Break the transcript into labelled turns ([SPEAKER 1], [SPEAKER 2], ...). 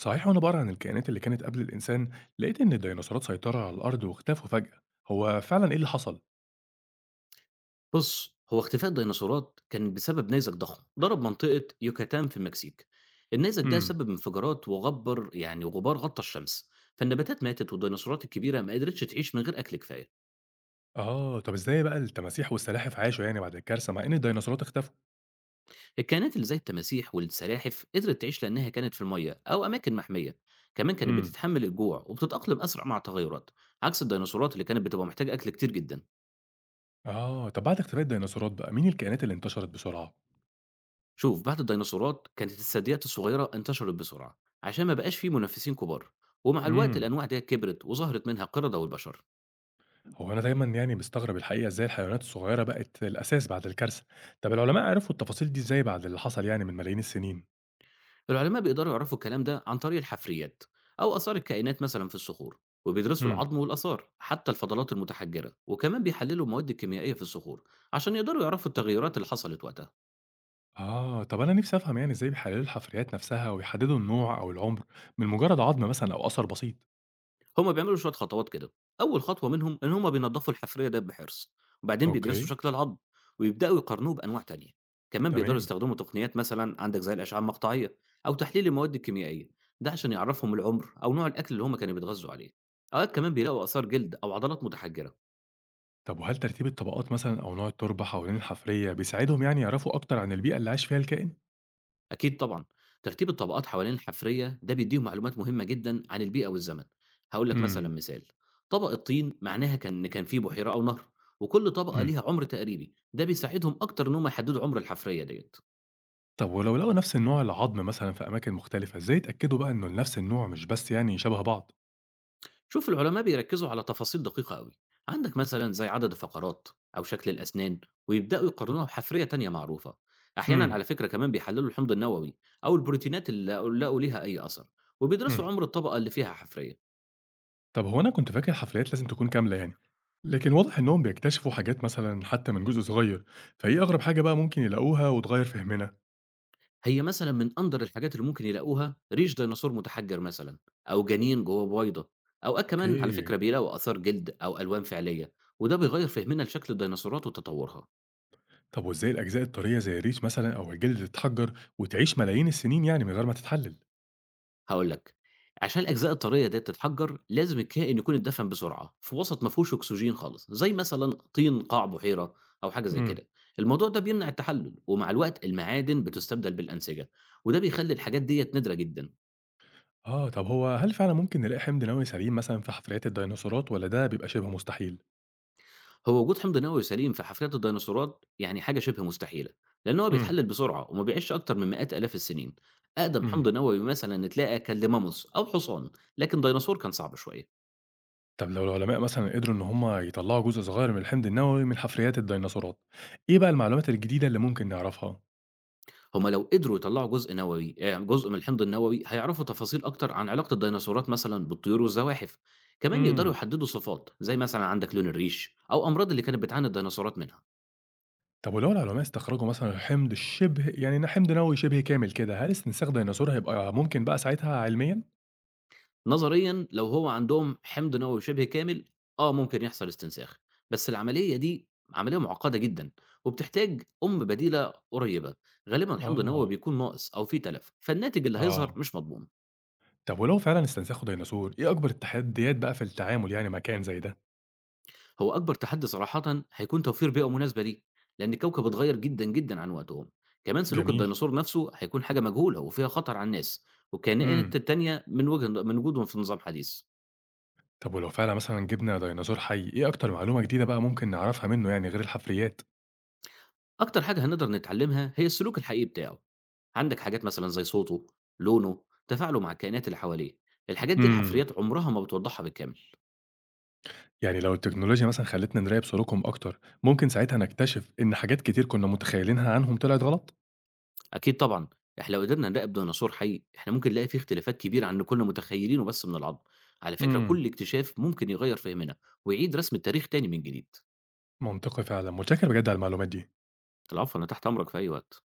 [SPEAKER 1] صحيح وأنا بقرا عن الكائنات اللي كانت قبل الإنسان، لقيت إن الديناصورات سيطروا على الأرض واختفوا فجأة، هو فعلا إيه اللي حصل؟
[SPEAKER 2] بُص، هو اختفاء الديناصورات كان بسبب نيزك ضخم ضرب منطقة يوكاتان في المكسيك. النيزك ده
[SPEAKER 1] امم.
[SPEAKER 2] سبب انفجارات وغبّر يعني وغبار غطّى الشمس، فالنباتات ماتت والديناصورات الكبيرة ما قدرتش تعيش من غير أكل كفاية.
[SPEAKER 1] آه، طب إزاي بقى التماسيح والسلاحف عاشوا يعني بعد الكارثة مع إن الديناصورات اختفوا؟
[SPEAKER 2] الكائنات اللي زي التماسيح والسلاحف قدرت تعيش لأنها كانت في المَيّة أو أماكن محمية، كمان كانت
[SPEAKER 1] امم.
[SPEAKER 2] بتتحمّل الجوع وبتتأقلم أسرع مع التغيرات، عكس الديناصورات اللي كانت بتبقى محتاجة أكل كتير جدًا.
[SPEAKER 1] آه، طب بعد اختفاء الديناصورات بقى مين الكائنات اللي انتشرت بسرعة؟
[SPEAKER 2] شوف، بعد الديناصورات كانت الثدييات الصغيرة انتشرت بسرعة عشان ما بقاش فيه منافسين كبار، ومع الوقت
[SPEAKER 1] امم.
[SPEAKER 2] الأنواع دي كبرت وظهرت منها القردة والبشر.
[SPEAKER 1] هو أنا دايما يعني مستغرب الحقيقة إزاي الحيوانات الصغيرة بقت الأساس بعد الكارثة، طب العلماء عرفوا التفاصيل دي إزاي بعد اللي حصل يعني من ملايين السنين؟
[SPEAKER 2] العلماء بيقدروا يعرفوا الكلام ده عن طريق الحفريات أو آثار الكائنات مثلا في الصخور، وبيدرسوا العظم والآثار حتى الفضلات المتحجرة، وكمان بيحللوا المواد الكيميائية في الصخور عشان يقدروا يعرفوا التغيرات اللي حصلت وقتها.
[SPEAKER 1] آه، طب أنا نفسي أفهم يعني إزاي بيحللوا الحفريات نفسها ويحددوا النوع أو العمر من مجرد عظم مثلًا أو أثر بسيط؟
[SPEAKER 2] هم بيعملوا شوية خطوات كده، أول خطوة منهم إن هم بينضّفوا الحفرية ديّة بحرص، وبعدين بيدرسوا
[SPEAKER 1] أوكي،
[SPEAKER 2] شكل العضم، ويبدأوا يقارنوه بأنواع تانية، كمان بيقدروا
[SPEAKER 1] تمام.
[SPEAKER 2] يستخدموا تقنيات مثلًا عندك زي الأشعة المقطعية أو تحليل المواد الكيميائية، ده عشان يعرفهم العمر أو نوع الأكل اللي هم كانوا بيتغذوا عليه، أوقات كمان بيلاقوا آثار جلد أو عضلات متحجرة.
[SPEAKER 1] طب وهل ترتيب الطبقات مثلًا أو نوع التربة حوالين الحفرية بيساعدهم يعني يعرفوا أكتر عن البيئة اللي عاش فيها الكائن؟
[SPEAKER 2] أكيد طبعًا، ترتيب الطبقات حوالين الحفرية ده بيديهم معلومات مهمة جدًا عن البيئة والزمن، هاقول لك مثلًا
[SPEAKER 1] إمم،
[SPEAKER 2] مثال، طبق الطين معناها كان إن كان في بحيرة أو نهر، وكل طبقة
[SPEAKER 1] إمم.
[SPEAKER 2] ليها عمر تقريبي، ده بيساعدهم أكتر إن هم يحددوا عمر الحفرية ديّة.
[SPEAKER 1] طب ولو لقوا نفس النوع العظم مثلًا في أماكن مختلفة، إزاي يتأكدوا بقى إنه نفس النوع مش بس يعني شبه بعض؟
[SPEAKER 2] شوف العلماء بيركزوا على تفاصيل دقيقة أوي، عندك مثلًا زي عدد الفقرات أو شكل الأسنان، ويبدأوا يقارنوها بحفرية تانية معروفة. أحيانًا
[SPEAKER 1] إمم،
[SPEAKER 2] على فكرة كمان بيحللوا الحمض النووي أو البروتينات اللي لقوا ليها أي أثر، وبيدرسوا
[SPEAKER 1] إمم.
[SPEAKER 2] عمر الطبقة اللي فيها حفرية.
[SPEAKER 1] طب هو أنا كنت فاكر الحفريات لازم تكون كاملة يعني، لكن واضح إنهم بيكتشفوا حاجات مثلًا حتى من جزء صغير، فإيه أغرب حاجة بقى ممكن يلاقوها وتغير فهمنا؟
[SPEAKER 2] هي مثلًا من أندر الحاجات اللي ممكن يلاقوها ريش ديناصور متحجر مثلًا، أو جنين جواه بويضة، أوقات كمان على
[SPEAKER 1] أوكي.
[SPEAKER 2] فكرة بيلاقوا آثار جلد أو ألوان فعلية، وده بيغيّر فهمنا لشكل الديناصورات وتطورها.
[SPEAKER 1] طب وإزاي الأجزاء الطرية زي الريش مثلًا أو الجلد تتحجّر وتعيش ملايين السنين يعني من غير ما تتحلل؟
[SPEAKER 2] هاقول لك، عشان الأجزاء الطرية ديّة تتحجر لازم الكائن يكون اتدفن بسرعة في وسط ما فيهوش أكسجين خالص، زي مثلًا طين قاع بحيرة أو حاجة زي
[SPEAKER 1] إمم.
[SPEAKER 2] كده. الموضوع ده بيمنع التحلل، ومع الوقت المعادن بتستبدل بالأنسجة، وده بيخلّي الحاجات ديّة نادرة جدًا.
[SPEAKER 1] آه، طب هو هل فعلًا ممكن نلاقي حمض نووي سليم مثلًا في حفريات الديناصورات والّا ده بيبقى شبه مستحيل؟
[SPEAKER 2] هو وجود حمض نووي سليم في حفريات الديناصورات يعني حاجة شبه مستحيلة، لأن هو
[SPEAKER 1] إمم،
[SPEAKER 2] بيتحلل بسرعة وما بيعيش أكتر من مئات آلاف السنين. أقدم حمض
[SPEAKER 1] إمم.
[SPEAKER 2] نووي مثلا تلاقى كان لماموث أو حصان، لكن ديناصور كان صعب شوية.
[SPEAKER 1] طب لو العلماء مثلًا قدروا إن هم يطلعوا جزء صغير من الحمض النووي من حفريات الديناصورات، إيه بقى المعلومات الجديدة اللي ممكن نعرفها؟
[SPEAKER 2] هما لو قدروا يطلعوا جزء نووي يعني جزء من الحمض النووي هيعرفوا تفاصيل أكتر عن علاقة الديناصورات مثلا بالطيور والزواحف. كمان يقدروا
[SPEAKER 1] إمم.
[SPEAKER 2] يحددوا صفات زي مثلا عندك لون الريش أو أمراض اللي كانت بتعاني الديناصورات منها.
[SPEAKER 1] طب ولو العلماء استخرجوا مثلًا حمض نووي شبه كامل كده، هل استنساخ ديناصور هيبقى ممكن بقى ساعتها علميًا؟
[SPEAKER 2] نظريًا لو هو عندهم حمض نووي شبه كامل، آه ممكن يحصل استنساخ، بس العملية دي عملية معقدة جدًا، وبتحتاج أم بديلة قريبة، غالبًا الحمض النووي
[SPEAKER 1] آه،
[SPEAKER 2] بيكون ناقص أو فيه تلف، فالناتج اللي هيظهر
[SPEAKER 1] آه.
[SPEAKER 2] مش مضمون.
[SPEAKER 1] طب ولو فعلا استنسخوا ديناصور، ايه اكبر التحديات بقى في التعامل يعني مع كائن زي ده؟
[SPEAKER 2] هو أكبر تحدي صراحةً هيكون توفير بيئة مناسبة ليه، لأن الكوكب اتغير جدًا، جدًا عن وقتهم، كمان سلوك
[SPEAKER 1] جميل.
[SPEAKER 2] الديناصور نفسه هيكون حاجة مجهولة وفيها خطر على الناس والكائنات
[SPEAKER 1] امم.
[SPEAKER 2] التانية من وجودهم في نظام حديث.
[SPEAKER 1] طب ولو فعلا مثلا جبنا ديناصور حي، ايه اكتر معلومه جديده بقى ممكن نعرفها منه يعني غير الحفريات؟
[SPEAKER 2] أكتر حاجة هنقدر نتعلمها هي السلوك الحقيقي بتاعه، عندك حاجات مثلًا زي صوته، لونه، تفاعله مع الكائنات اللي حواليه، الحاجات دي
[SPEAKER 1] امم.
[SPEAKER 2] الحفريات عمرها ما بتوضحها بالكامل.
[SPEAKER 1] يعني لو التكنولوجيا مثلا خلتنا نراقب سلوكهم اكتر، ممكن ساعتها نكتشف ان حاجات كتير كنا متخيلينها عنهم طلعت غلط.
[SPEAKER 2] أكيد طبعًا، إحنا لو قدرنا نراقب ديناصور حي إحنا ممكن نلاقي فيه اختلافات كبيرة عن اللي كنا متخيلينه بس من العظم، على فكرة
[SPEAKER 1] امم.
[SPEAKER 2] كل اكتشاف ممكن يغير فهمنا ويعيد رسم التاريخ تاني من جديد.
[SPEAKER 1] منطقي فعلا، متشكر بجد على المعلومات دي.
[SPEAKER 2] العفو، أنا تحت أمرك في أي وقت.